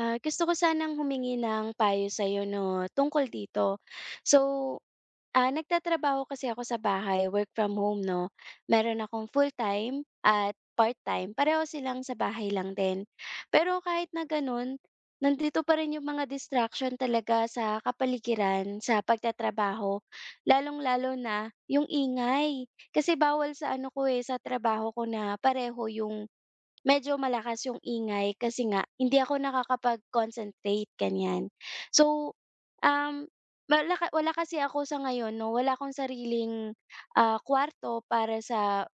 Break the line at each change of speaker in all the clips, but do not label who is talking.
Gusto ko sanang humingi ng payo sa'yo 'no, tungkol dito. So, Nagtatrabaho kasi ako sa bahay, work from home 'no. Meron akong full-time at part-time, pareho silang sa bahay lang din. Pero kahit na gano'n, nandito pa rin yung mga distraction talaga sa kapaligiran, sa pagtatrabaho. Lalong-lalo na yung ingay, kasi bawal sa ano ko, eh, sa trabaho ko na pareho yung. Medyo malakas yung ingay kasi nga hindi ako nakakapag-concentrate, ganyan. So, um, wala ka Wala kasi ako sa ngayon 'no, wala akong sariling, kwarto para sa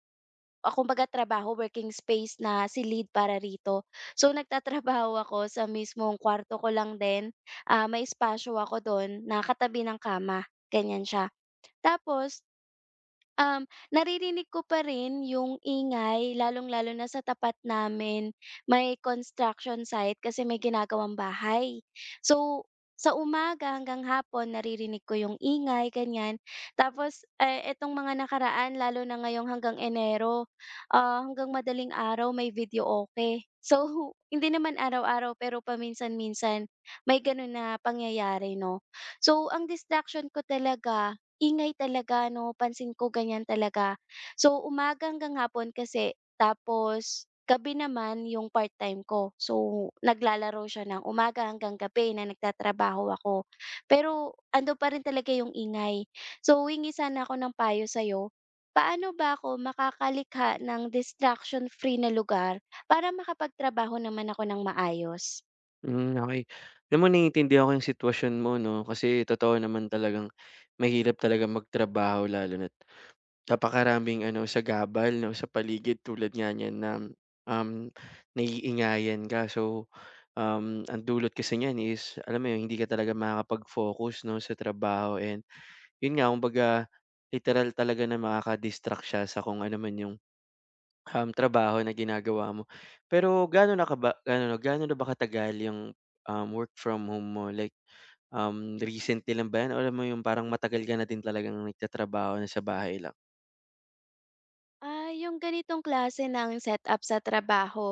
kumbaga trabaho, working space na silid para rito. So, nagtatrabaho ako sa mismong kwarto ko lang din, ah, may espasyo ako dun na katabi ng kama, ganyan siya. Tapos, naririnig ko pa rin yung ingay lalong-lalo na sa tapat namin, may construction site kasi may ginagawang bahay. So, sa umaga hanggang hapon naririnig ko yung ingay ganyan. Tapos, eh, etong mga nakaraan lalo na ngayong hanggang Enero, ah, hanggang madaling araw may video okay. So, hindi naman araw-araw pero paminsan-minsan may gano'n na pangyayari 'no. So, ang distraction ko talaga, ingay talaga 'no, pansin ko ganyan talaga. So, umaga hanggang hapon kasi, tapos gabi naman yung part-time ko. So, naglalaro siya ng umaga hanggang gabi na nagtatrabaho ako. Pero andun pa rin talaga yung ingay. So, wingi sana ako ng payo sa'yo. Paano ba ako makakalikha ng distraction-free na lugar para makapagtrabaho naman ako ng maayos?
Hmm, okey. Alam mo naiintindihan ko yung sitwasyon mo 'no, kasi totoo naman talagang mahirap talagang magtrabaho lalo na't napakaraming ano, sagabal 'no, sa paligid tulad nga niyan na, um, naiingayan ka. So, ang dulot kasi niyan is alam mo yun, hindi ka talaga makakapag-focus 'no, sa trabaho and yun nga kumbaga literal talaga na makaka-distract siya sa kung ano man yung trabaho na ginagawa mo. Pero ganon na ba katagal yung, work from home mo? Like, recently lang ba yan o alam mo yung parang matagal ka na din talagang nagtatrabaho na sa bahay lang?
Yung ganitong klase ng setup sa trabaho,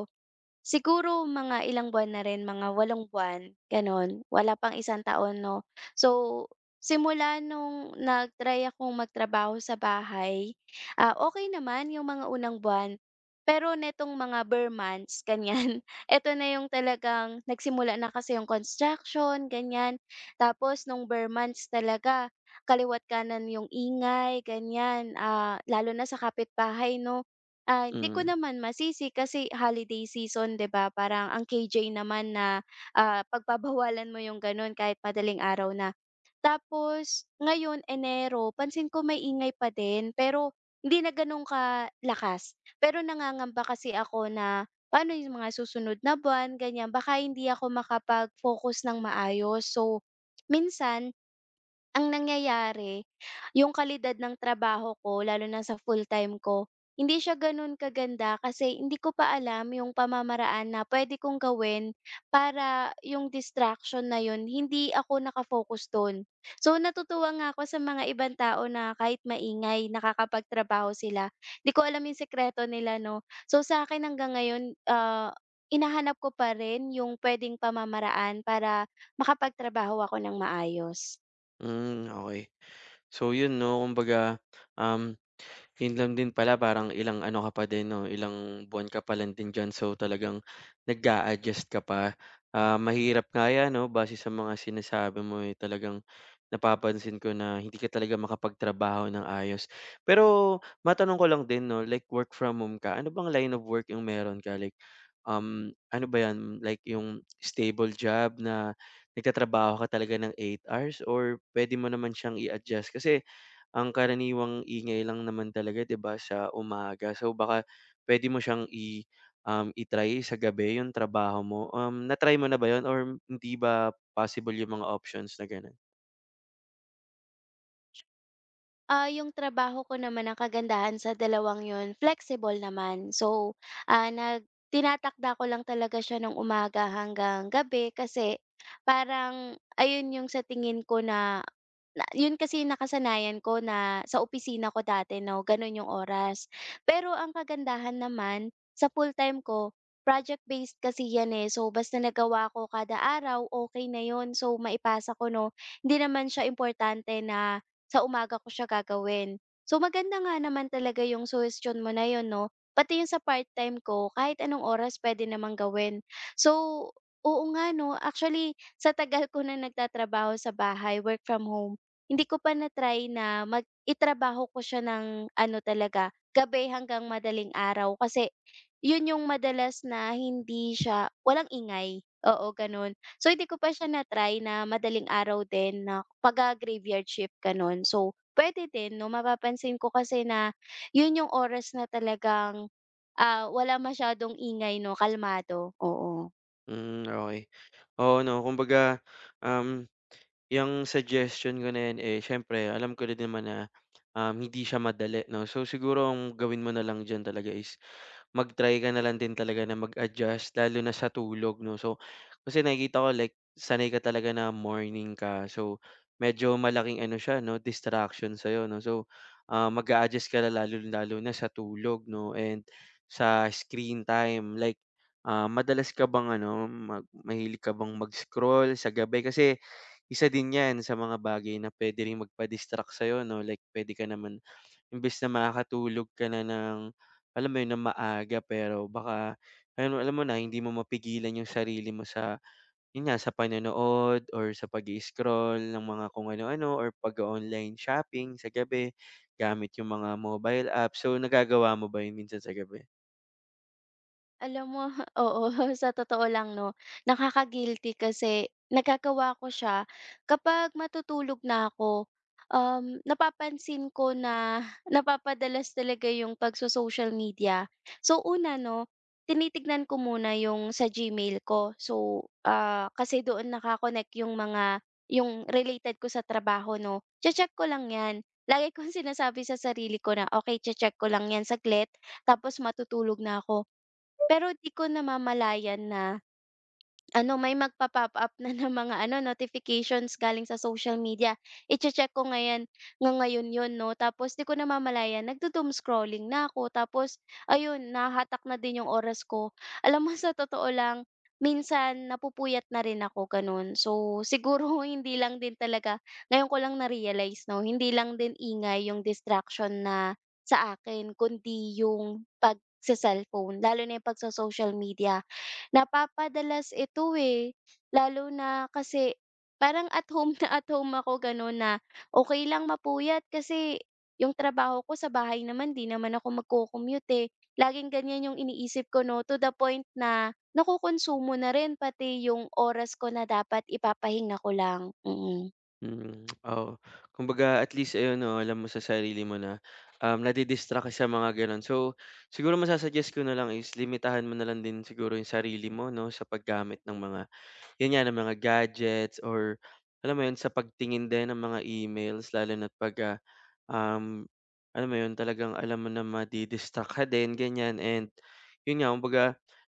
siguro mga ilang buwan na rin, mga walong buwan, gano'n. Wala pang isang taon 'no. So, simula nung nag-try akong magtrabaho sa bahay, ah, okey naman yung mga unang buwan. Pero netong mga bare months, ganyan, eto na yung talagang nagsimula na kasi yung construction, ganyan. Tapos nung bare months talaga, kaliwa't kanan yung ingay, ganyan, ah, lalo na sa kapitbahay 'no. Ah, hindi ko
Mm.
naman masisi kasi holiday season 'di ba, parang ang KJ naman na, ah, pagbabawalan mo yung gano'n kahit madaling araw na. Tapos ngayon Enero pansin ko may ingay pa din pero hindi na gano'n kalakas. Pero nangangamba kasi ako na paano yung mga susunod na buwan ganyan, baka hindi ako makapag-focus ng maayos. So, minsan ang nangyayari, yung kalidad ng trabaho ko lalo na sa full-time ko, hindi siya gano'n kaganda kasi hindi ko pa alam yung pamamaraan na puwede kong gawin para yung distraction na yun hindi ako nakafocus. So, natutuwa nga ako sa mga ibang tao na kahit maingay nakakapagtrabaho sila. 'Di ko alam yung sikreto nila 'no. So, sa'kin hanggang ngayon, ah, hinahanap ko pa rin yung puwedeng pamamaraan para makapagtrabaho ako ng maayos.
Hmm, okay. So yun 'no, kumbaga, um, yun lang din pala parang ilang ano ka pa din 'no, ilang buwan ka pa lang din diyan so talagang nag adjust ka pa. Ah, mahirap nga 'yan 'no, base sa mga sinasabi mo, eh, talagang napapansin ko na hindi ka talaga makapagtrabaho ng ayos. Pero matanong ko lang din 'no, like work from home ka, ano bang line of work yung meron ka? Like, ano ba 'yan, like yung stable job na nagtatrabaho ka talaga ng eight hours or puwede mo naman siyang i-adjust kasi ang karaniwang ingay lang naman talaga 'di ba sa umaga. So, baka puwede mo siyang i-try sa gabi yung trabaho mo. Na-try mo na ba yun or hindi ba possible yung mga options na gano'n?
Yung trabaho ko naman ang kagandahan sa dalawang yun, flexible naman. So, ah, nag tinatakda ko lang talaga siya ng umaga hanggang gabi kasi parang ayun yung sa tingin ko na na yun kasi nakasanayan ko na sa opisina ko dati 'no, gano'n yung oras. Pero ang kagandahan naman sa full-time ko, project-based kasi 'yan, eh. So, basta nagawa ko kada araw, okay na yun. So, maipasa ko 'no. Hindi naman siya importante na sa umaga ko siya gagawin. So, maganda nga naman talaga yung suhestiyon mo na yun 'no. Pati yung sa part-time ko, kahit anong oras pwede namang gawin. So, oo nga 'no, actually sa tagal ko na nagtatrabaho sa bahay, work from home, hindi ko pa na-try na mag itrabaho ko siya ng ano talaga, gabi hanggang madaling araw kasi yun yung madalas na hindi siya walang ingay, oo ganun. So hindi ko pa siya na-try na madaling araw din na pag graveyard shift ganun. So pwede din 'no, mapapansin ko kasi na yun yung oras na talagang, ah, wala masyadong ingay 'no, kalmado, oo.
Hmm, okey. Oo 'no, kumbaga, um yang suggestion ko na 'yan, eh, siyempre alam ko din naman na, hindi siya madali 'no. So, siguro ang gawin mo na lang diyan talaga is mag-try ka na lang din talaga na mag-adjust lalo na sa tulog 'no. So, kasi nakikita ko like sanay ka talaga na morning ka. So, medyo malaking ano siya 'no, distraction sa'yo 'no. So, ah, mag-a-adjust ka na lalong-lalo na sa tulog 'no and sa screen time. Like, ah, madalas ka bang ano, mahilig ka bang mag-scroll sa gabi? Kasi isa din 'yan sa mga bagay na puwede ring magpa-distract sa'yo 'no, like puwede ka naman imbes na makakatulog ka na ng alam mo 'yun, ng maaga pero baka alam mo na hindi mo mapigilan 'yung sarili mo sa 'yun nga, sa panonood or sa pag scroll ng mga kung ano-ano or pag online shopping sa gabi gamit 'yung mga mobile app. So, nagagawa mo ba 'yun minsan sa gabi?
Alam mo, oo, sa totoo lang 'no, nakaka-guilty kasi nagagawa ko siya kapag matutulog na ako. Napapansin ko na napapadalas talaga yung pagso-social media. So una 'no, tinitignan ko muna yung sa Gmail ko. So, kasi doon naka yung mga yung related ko sa trabaho 'no. Che-check ko lang 'yan. Lagi kong sinasabi sa sarili ko na, "Okay, che-check ko lang 'yan saglit tapos matutulog na ako." Pero di ko namamalayan na, ano, may magpa-pop up na ng mga ano, notifications galing sa social media. Iche-check ko ngayon 'yon 'no, tapos 'di ko namamalayan nagdo-doom scrolling na ako tapos ayun, nahahatak na din yung oras ko. Alam mo sa totoo lang, minsan napupuyat na rin ako gano'n. So, siguro hindi lang din talaga ngayon ko lang na-realize 'no, hindi lang din ingay yung distraction na sa akin kundi yung pag sa cellphone lalo na yung pag sa social media. Napapadalas ito, eh, lalo na kasi parang at home na at home ako gano'n na okay lang mapuyat kasi yung trabaho ko sa bahay naman 'di naman ako magco-commute, eh. Laging ganyan yung iniisip ko 'no, to the point na nakokonsumo na rin pati yung oras ko na dapat ipapahinga ko lang, mm.
Mm, oo. Kumbaga at least ayun 'no, alam mo sa sarili mo na, nadi-distract ka sa mga gano'n. So, siguro masa ko na lang is limitahan mo na lang din siguro yung sarili mo 'no, sa paggamit ng mga yun nga, ng mga gadgets or alam mo yun, sa pagtingin din ng mga emails lalo na 'pag, Um, alam mo 'yun, talagang alam mo na madi-distract ka din ganiyan and 'yun nga kumbaga,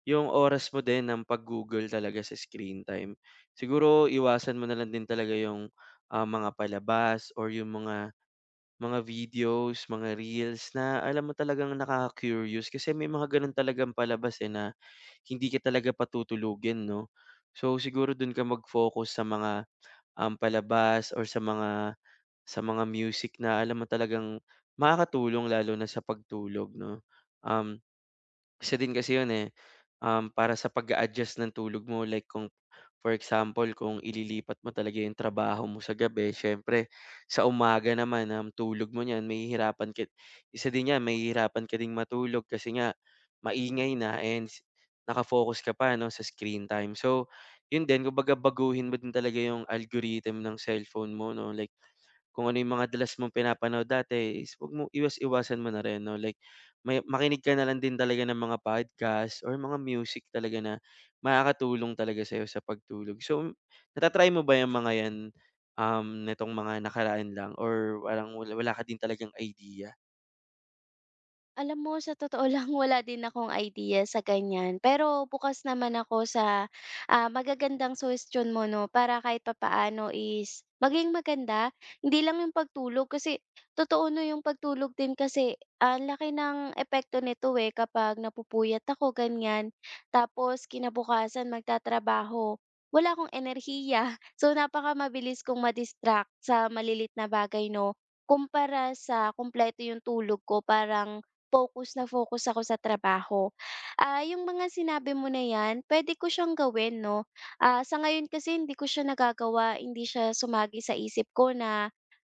yung oras mo din ng pag-Google talaga sa screen time. Siguro iwasan mo na lang din talaga yung, ah, mga palabas or yung mga videos, mga reels na alam mo talagang nakaka-curious kasi may mga gano'n talagang palabas, eh, na hindi ka talaga patutulugin 'no. So siguro dun ka mag-focus sa mga, palabas or sa mga music na alam mo talagang makakatulong lalo na sa pagtulog 'no. Um, Isa din kasi 'yun, eh, para sa pag adjust ng tulog mo like kung for example kung ililipat mo talaga 'yung trabaho mo sa gabi siyempre sa umaga naman, tulog mo niyan mahihirapan ka isa din 'yan mahihirapan ka ding matulog kasi nga maingay na and naka-focus ka pa 'no sa screen time. So 'yun din kumbaga baguhin mo din talaga 'yung algorithm ng cellphone mo 'no like kung ano yung mga dalas mong pinapanood dati is wag mo iwas-iwasan mo na rin 'no, like may makinig ka na lang din talaga ng mga podcast or mga music talaga na makakatulong talaga sa'yo sa pagtulog. So, nata-try mo ba yang mga 'yan, nitong mga nakaraan lang or parang wala wala ka din talagang idea?
Alam mo sa totoo lang wala din akong idea sa ganyan, pero bukas naman ako sa, ah, magagandang suhestiyon mo 'no, para kahit papaano is maging maganda. Hindi lang yung pagtulog kasi totoo 'no, yung pagtulog din kasi ah, ang laki ng epekto nito, eh, kapag napupuyat ako ganyan. Tapos kinabukasan magtatrabaho, wala akong enerhiya. So, napaka mabilis kong ma-distract sa malilit na bagay 'no, kumpara sa kumpleto yung tulog ko parang focus na focus ako sa trabaho. Ah, yung mga sinabi mo na 'yan pwede ko siyang gawin 'no. Ah, sa ngayon kasi hindi ko siya nagagawa, hindi siya sumagi sa isip ko na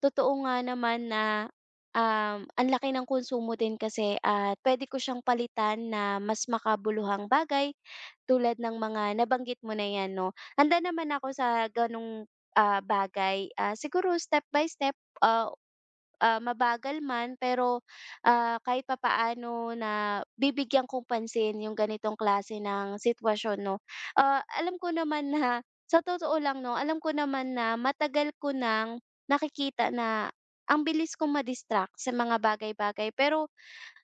totoo nga naman na, um, ang laki ng konsumo din kasi at puwede ko siyang palitan na mas makabuluhang bagay tulad ng mga nabanggit mo na 'yan 'no. Handa naman ako sa gano'ng, bagay, siguro step by step, ah, mabagal man pero, kahit papaano na bibigyan kong pansin yung ganitong klase ng sitwasyon 'no. Ah, alam ko naman na sa totoo lang 'no, alam ko naman na matagal ko ng nakikita na ang bilis kong ma-distract sa mga bagay-bagay pero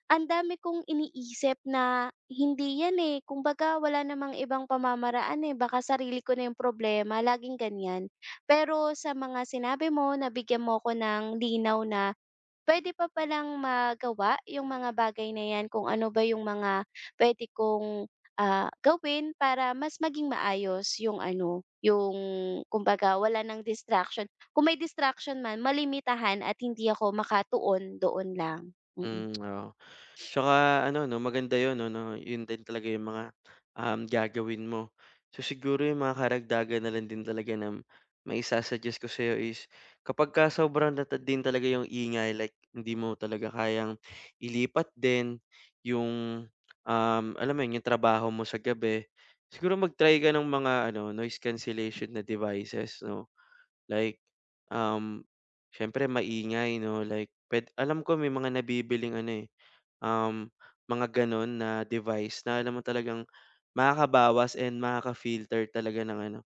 ang dami kong iniisip na hindi yan, eh, kumbaga wala namang ibang pamamaraan, eh, baka sarili ko na yung problema, laging ganyan. Pero sa mga sinabi mo, nabigyan mo ko ng linaw na puwede pa palang magawa yung mga bagay na yan kung ano ba yung mga puwede kong, ah, gawin para mas maging maayos yung ano, yung kumbaga wala ng distraction. Kung may distraction man malimitahan at hindi ako makatuon doon lang, mm.
Hmm, oo. Tsaka ano 'no, maganda yun 'no na yun din talaga yung mga, gagawin mo. So, siguro yung mga karagdagan na lang din talaga na maisa-suggest ko sa'yo is kapagka sobrang na din talaga yung ingay like hindi mo talaga kayang ilipat din yung, alam mo yun, yung trabaho mo sa gabi, siguro mag-try ka ng mga ano, noise cancellation na devices 'no. Like, um, siyempre maingay 'no, like puwed alam ko may mga nabibiling ano, eh. Um, mga gano'n na device na alam mo talagang makakabawas and makaka-filter talaga ng ano,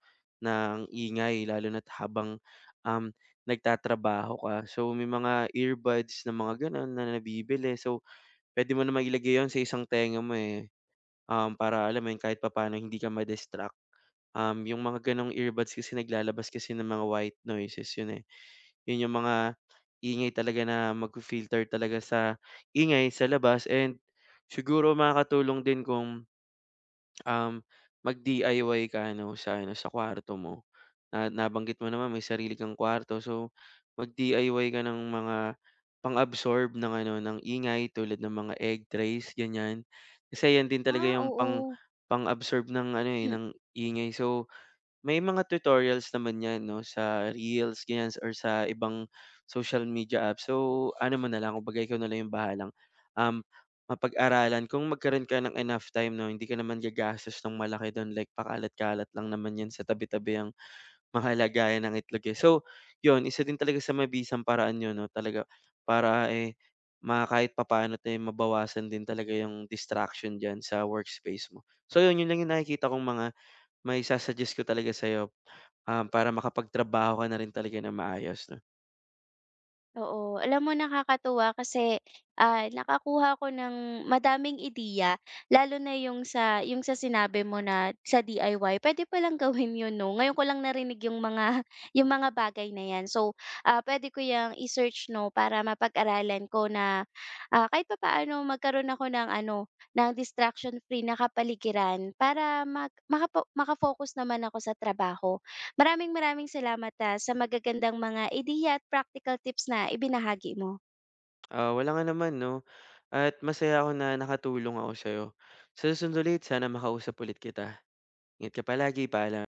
ng ingay lalo na't habang, um, nagtatrabaho ka. So, may mga earbuds na mga gano'n na nabibili. So, puwede mo namang ilagay 'yun sa isang tenga mo, eh, para alam mo 'yun, kahit papaano hindi ka ma-distract. Yung mga gano'ng earbuds kasi naglalabas kasi ng mga white noises 'yun, eh. Yun yung mga ingay talaga na magfi-filter talaga sa ingay sa labas and siguro makakatulong din kung, um, mag-DIY ka ano, sa kwarto mo. Na nabanggit mo naman may sarili kang kwarto so mag-DIY ka ng mga pang-absorb ng ano, ng ingay tulad ng mga egg trays, ganyan. Kasi yan din talaga
Ah,
yung
oo.
pang-absorb ng ano, eh, ng ingay so may mga tutorials naman 'yan 'no, sa Reels ganyan or sa ibang social media app. So, ano mo na lang, kumbaga ikaw na lang yung bahalang, um, mapag-aralan kung magkaroon ka ng enough time 'no, hindi ka naman gagastos ng malaki do'n like pakalat-kalat lang naman 'yan sa tabi-tabi ang mga lagayan ng itlog, eh. So, 'yun isa din talaga sa mabisang paraan 'yun 'no, talaga para, eh, ma kahit papaano't, eh, mabawasan din talaga yung distraction diyan sa workspace mo. So 'yun, 'yun lang yung nakikita kong mga maisa-suggest ko talaga sa'yo, para makapagtrabaho ka na rin talaga ng maayos 'no.
Oo, alam mo nakakatuwa kasi, ah, nakakuha ko ng madaming ideya lalo na yung sa sinabi mo na sa DIY pa lang gawin yun 'no, ngayon ko lang narinig yung mga yung mga bagay na 'yan. So, ah, pwede ko yang i-search 'no para mapag-aralan ko na, ah, kahit pa papaano magkaroon ako ng ano, ng distraction free na kapaligiran para mag makapa maka-focus naman ako sa trabaho. Maraming maraming salamat, ah, sa magagandang mga ideya at practical tips na ibinahagi mo.
Ah, wala nga naman 'no at masaya ako na nakatulong ako sa'yo. Sa susunod ulit sana makausap ulit kita. Ingat ka palagi, paalam.